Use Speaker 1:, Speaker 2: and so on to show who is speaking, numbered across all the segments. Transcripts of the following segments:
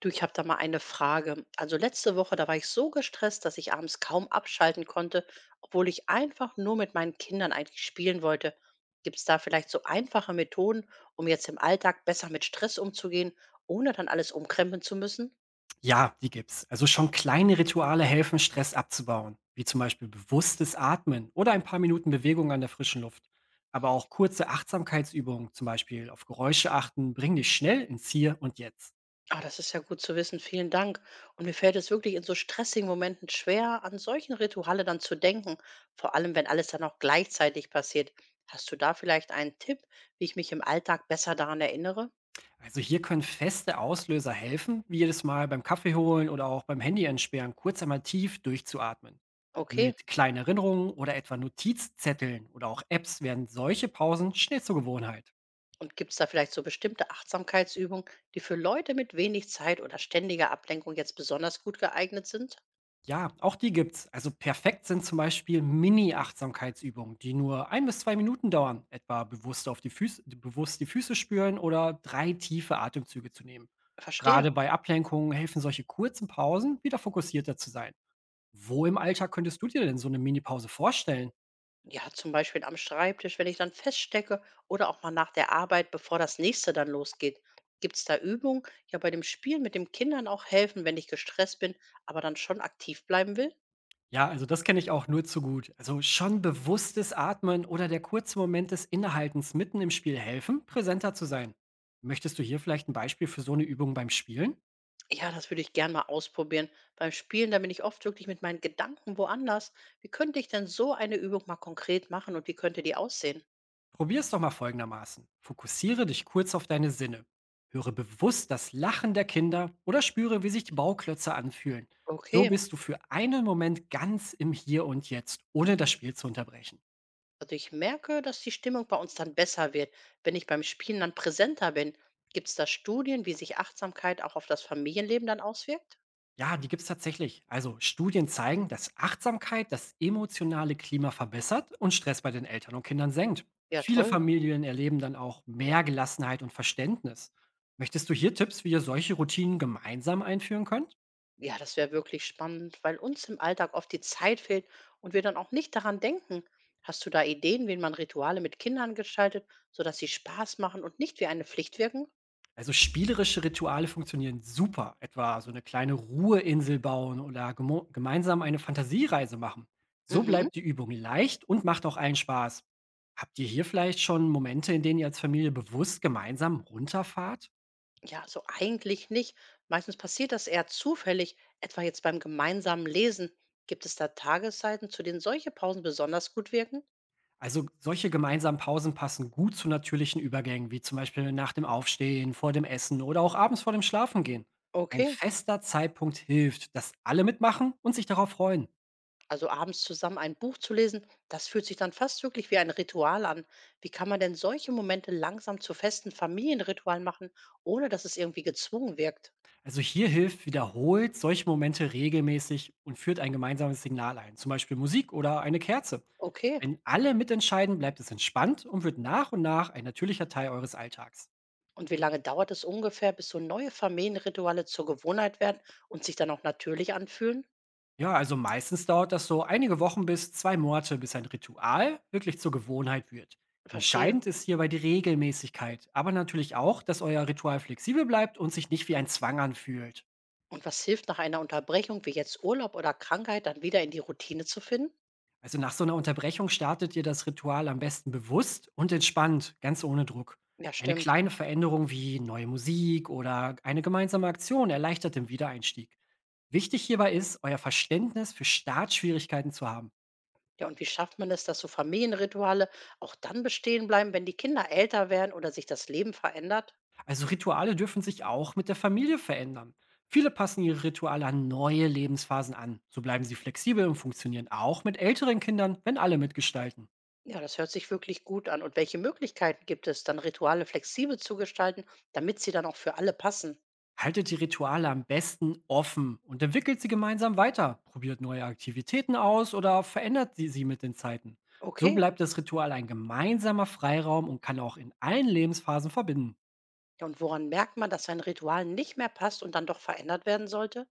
Speaker 1: Du, ich habe da mal eine Frage. Also letzte Woche, da war ich so gestresst, dass ich abends kaum abschalten konnte, obwohl ich einfach nur mit meinen Kindern eigentlich spielen wollte. Gibt es da vielleicht so einfache Methoden, um jetzt im Alltag besser mit Stress umzugehen, ohne dann alles umkrempeln zu müssen?
Speaker 2: Ja, die gibt's. Also schon kleine Rituale helfen, Stress abzubauen, wie zum Beispiel bewusstes Atmen oder ein paar Minuten Bewegung an der frischen Luft. Aber auch kurze Achtsamkeitsübungen, zum Beispiel auf Geräusche achten, bringen dich schnell ins Hier und Jetzt.
Speaker 1: Ah, das ist ja gut zu wissen. Vielen Dank. Und mir fällt es wirklich in so stressigen Momenten schwer, an solchen Rituale dann zu denken, vor allem wenn alles dann auch gleichzeitig passiert. Hast du da vielleicht einen Tipp, wie ich mich im Alltag besser daran erinnere?
Speaker 2: Also hier können feste Auslöser helfen, wie jedes Mal beim Kaffee holen oder auch beim Handy entsperren, kurz einmal tief durchzuatmen.
Speaker 1: Okay.
Speaker 2: Mit kleinen Erinnerungen oder etwa Notizzetteln oder auch Apps werden solche Pausen schnell zur Gewohnheit.
Speaker 1: Und gibt es da vielleicht so bestimmte Achtsamkeitsübungen, die für Leute mit wenig Zeit oder ständiger Ablenkung jetzt besonders gut geeignet sind?
Speaker 2: Ja, auch die gibt's. Also perfekt sind zum Beispiel Mini-Achtsamkeitsübungen, die nur ein bis 2 Minuten dauern, etwa bewusst auf die Füße, bewusst die Füße spüren oder drei tiefe Atemzüge zu nehmen.
Speaker 1: Verstehe.
Speaker 2: Gerade bei Ablenkungen helfen solche kurzen Pausen, wieder fokussierter zu sein. Wo im Alltag könntest du dir denn so eine Mini-Pause vorstellen?
Speaker 1: Ja, zum Beispiel am Schreibtisch, wenn ich dann feststecke oder auch mal nach der Arbeit, bevor das nächste dann losgeht. Gibt es da Übungen, die ja bei dem Spiel mit den Kindern auch helfen, wenn ich gestresst bin, aber dann schon aktiv bleiben will?
Speaker 2: Ja, also das kenne ich auch nur zu gut. Also schon bewusstes Atmen oder der kurze Moment des Innehaltens mitten im Spiel helfen, präsenter zu sein. Möchtest du hier vielleicht ein Beispiel für so eine Übung beim Spielen?
Speaker 1: Ja, das würde ich gern mal ausprobieren. Beim Spielen, da bin ich oft wirklich mit meinen Gedanken woanders. Wie könnte ich denn so eine Übung mal konkret machen und wie könnte die aussehen?
Speaker 2: Probier's doch mal folgendermaßen. Fokussiere dich kurz auf deine Sinne. Höre bewusst das Lachen der Kinder oder spüre, wie sich die Bauklötze anfühlen. So
Speaker 1: Okay.
Speaker 2: bist du für einen Moment ganz im Hier und Jetzt, ohne das Spiel zu unterbrechen.
Speaker 1: Also ich merke, dass die Stimmung bei uns dann besser wird, wenn ich beim Spielen dann präsenter bin. Gibt es da Studien, wie sich Achtsamkeit auch auf das Familienleben dann auswirkt?
Speaker 2: Ja, die gibt's tatsächlich. Also Studien zeigen, dass Achtsamkeit das emotionale Klima verbessert und Stress bei den Eltern und Kindern senkt.
Speaker 1: Ja,
Speaker 2: Viele
Speaker 1: toll.
Speaker 2: Familien erleben dann auch mehr Gelassenheit und Verständnis. Möchtest du hier Tipps, wie ihr solche Routinen gemeinsam einführen könnt?
Speaker 1: Ja, das wäre wirklich spannend, weil uns im Alltag oft die Zeit fehlt und wir dann auch nicht daran denken. Hast du da Ideen, wie man Rituale mit Kindern gestaltet, sodass sie Spaß machen und nicht wie eine Pflicht wirken?
Speaker 2: Also spielerische Rituale funktionieren super, etwa so eine kleine Ruheinsel bauen oder gemeinsam eine Fantasiereise machen. So
Speaker 1: Mhm.
Speaker 2: bleibt die Übung leicht und macht auch allen Spaß. Habt ihr hier vielleicht schon Momente, in denen ihr als Familie bewusst gemeinsam runterfahrt?
Speaker 1: Ja, so eigentlich nicht. Meistens passiert das eher zufällig, etwa jetzt beim gemeinsamen Lesen. Gibt es da Tageszeiten, zu denen solche Pausen besonders gut wirken?
Speaker 2: Also solche gemeinsamen Pausen passen gut zu natürlichen Übergängen, wie zum Beispiel nach dem Aufstehen, vor dem Essen oder auch abends vor dem Schlafengehen. Ein
Speaker 1: Okay,
Speaker 2: fester Zeitpunkt hilft, dass alle mitmachen und sich darauf freuen.
Speaker 1: also abends zusammen ein Buch zu lesen, das fühlt sich dann fast wirklich wie ein Ritual an. Wie kann man denn solche Momente langsam zu festen Familienritualen machen, ohne dass es irgendwie gezwungen wirkt?
Speaker 2: Also hier hilft wiederholt solche Momente regelmäßig und führt ein gemeinsames Signal ein, zum Beispiel Musik oder eine Kerze.
Speaker 1: Okay,
Speaker 2: Wenn alle mitentscheiden, bleibt es entspannt und wird nach und nach ein natürlicher Teil eures Alltags.
Speaker 1: und wie lange dauert es ungefähr, bis so neue Familienrituale zur Gewohnheit werden und sich dann auch natürlich anfühlen?
Speaker 2: Ja, also meistens dauert das so einige Wochen bis 2 Monate, bis ein Ritual wirklich zur Gewohnheit wird.
Speaker 1: Verstehe.
Speaker 2: Entscheidend ist hierbei die Regelmäßigkeit, aber natürlich auch, dass euer Ritual flexibel bleibt und sich nicht wie ein Zwang anfühlt.
Speaker 1: Und was hilft nach einer Unterbrechung wie jetzt Urlaub oder Krankheit, dann wieder in die Routine zu finden?
Speaker 2: Also nach so einer Unterbrechung startet ihr das Ritual am besten bewusst und entspannt, ganz ohne Druck.
Speaker 1: Ja,
Speaker 2: Eine
Speaker 1: stimmt.
Speaker 2: kleine Veränderung wie neue Musik oder eine gemeinsame Aktion erleichtert den Wiedereinstieg. Wichtig hierbei ist, euer Verständnis für Startschwierigkeiten zu haben.
Speaker 1: Ja, und wie schafft man es, dass so Familienrituale auch dann bestehen bleiben, wenn die Kinder älter werden oder sich das Leben verändert?
Speaker 2: Also Rituale dürfen sich auch mit der Familie verändern. Viele passen ihre Rituale an neue Lebensphasen an. So bleiben sie flexibel und funktionieren auch mit älteren Kindern, wenn alle mitgestalten.
Speaker 1: Ja, das hört sich wirklich gut an. Und welche Möglichkeiten gibt es, dann Rituale flexibel zu gestalten, damit sie dann auch für alle passen?
Speaker 2: Haltet die Rituale am besten offen und entwickelt sie gemeinsam weiter. Probiert neue Aktivitäten aus oder verändert sie mit den Zeiten. So
Speaker 1: Okay.
Speaker 2: bleibt das Ritual ein gemeinsamer Freiraum und kann auch in allen Lebensphasen verbinden.
Speaker 1: Ja, und woran merkt man, dass ein Ritual nicht mehr passt und dann doch verändert werden sollte?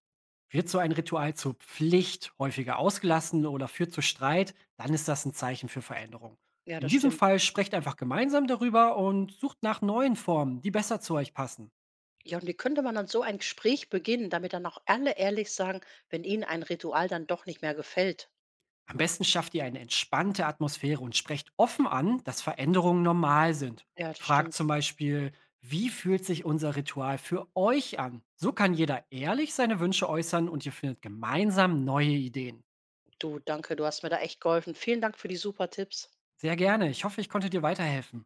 Speaker 2: Wird so ein Ritual zur Pflicht häufiger ausgelassen oder führt zu Streit, dann ist das ein Zeichen für Veränderung.
Speaker 1: Ja,
Speaker 2: In
Speaker 1: das
Speaker 2: diesem
Speaker 1: stimmt.
Speaker 2: Fall sprecht einfach gemeinsam darüber und sucht nach neuen Formen, die besser zu euch passen.
Speaker 1: Ja, und wie könnte man dann so ein Gespräch beginnen, damit dann auch alle ehrlich sagen, wenn ihnen ein Ritual dann doch nicht mehr gefällt?
Speaker 2: Am besten schafft ihr eine entspannte Atmosphäre und sprecht offen an, dass Veränderungen normal sind.
Speaker 1: Ja, das
Speaker 2: Fragt
Speaker 1: stimmt.
Speaker 2: zum Beispiel, wie fühlt sich unser Ritual für euch an? So kann jeder ehrlich seine Wünsche äußern und ihr findet gemeinsam neue Ideen.
Speaker 1: Du, danke, du hast mir da echt geholfen. Vielen Dank für die super Tipps.
Speaker 2: Sehr gerne. Ich hoffe, ich konnte dir weiterhelfen.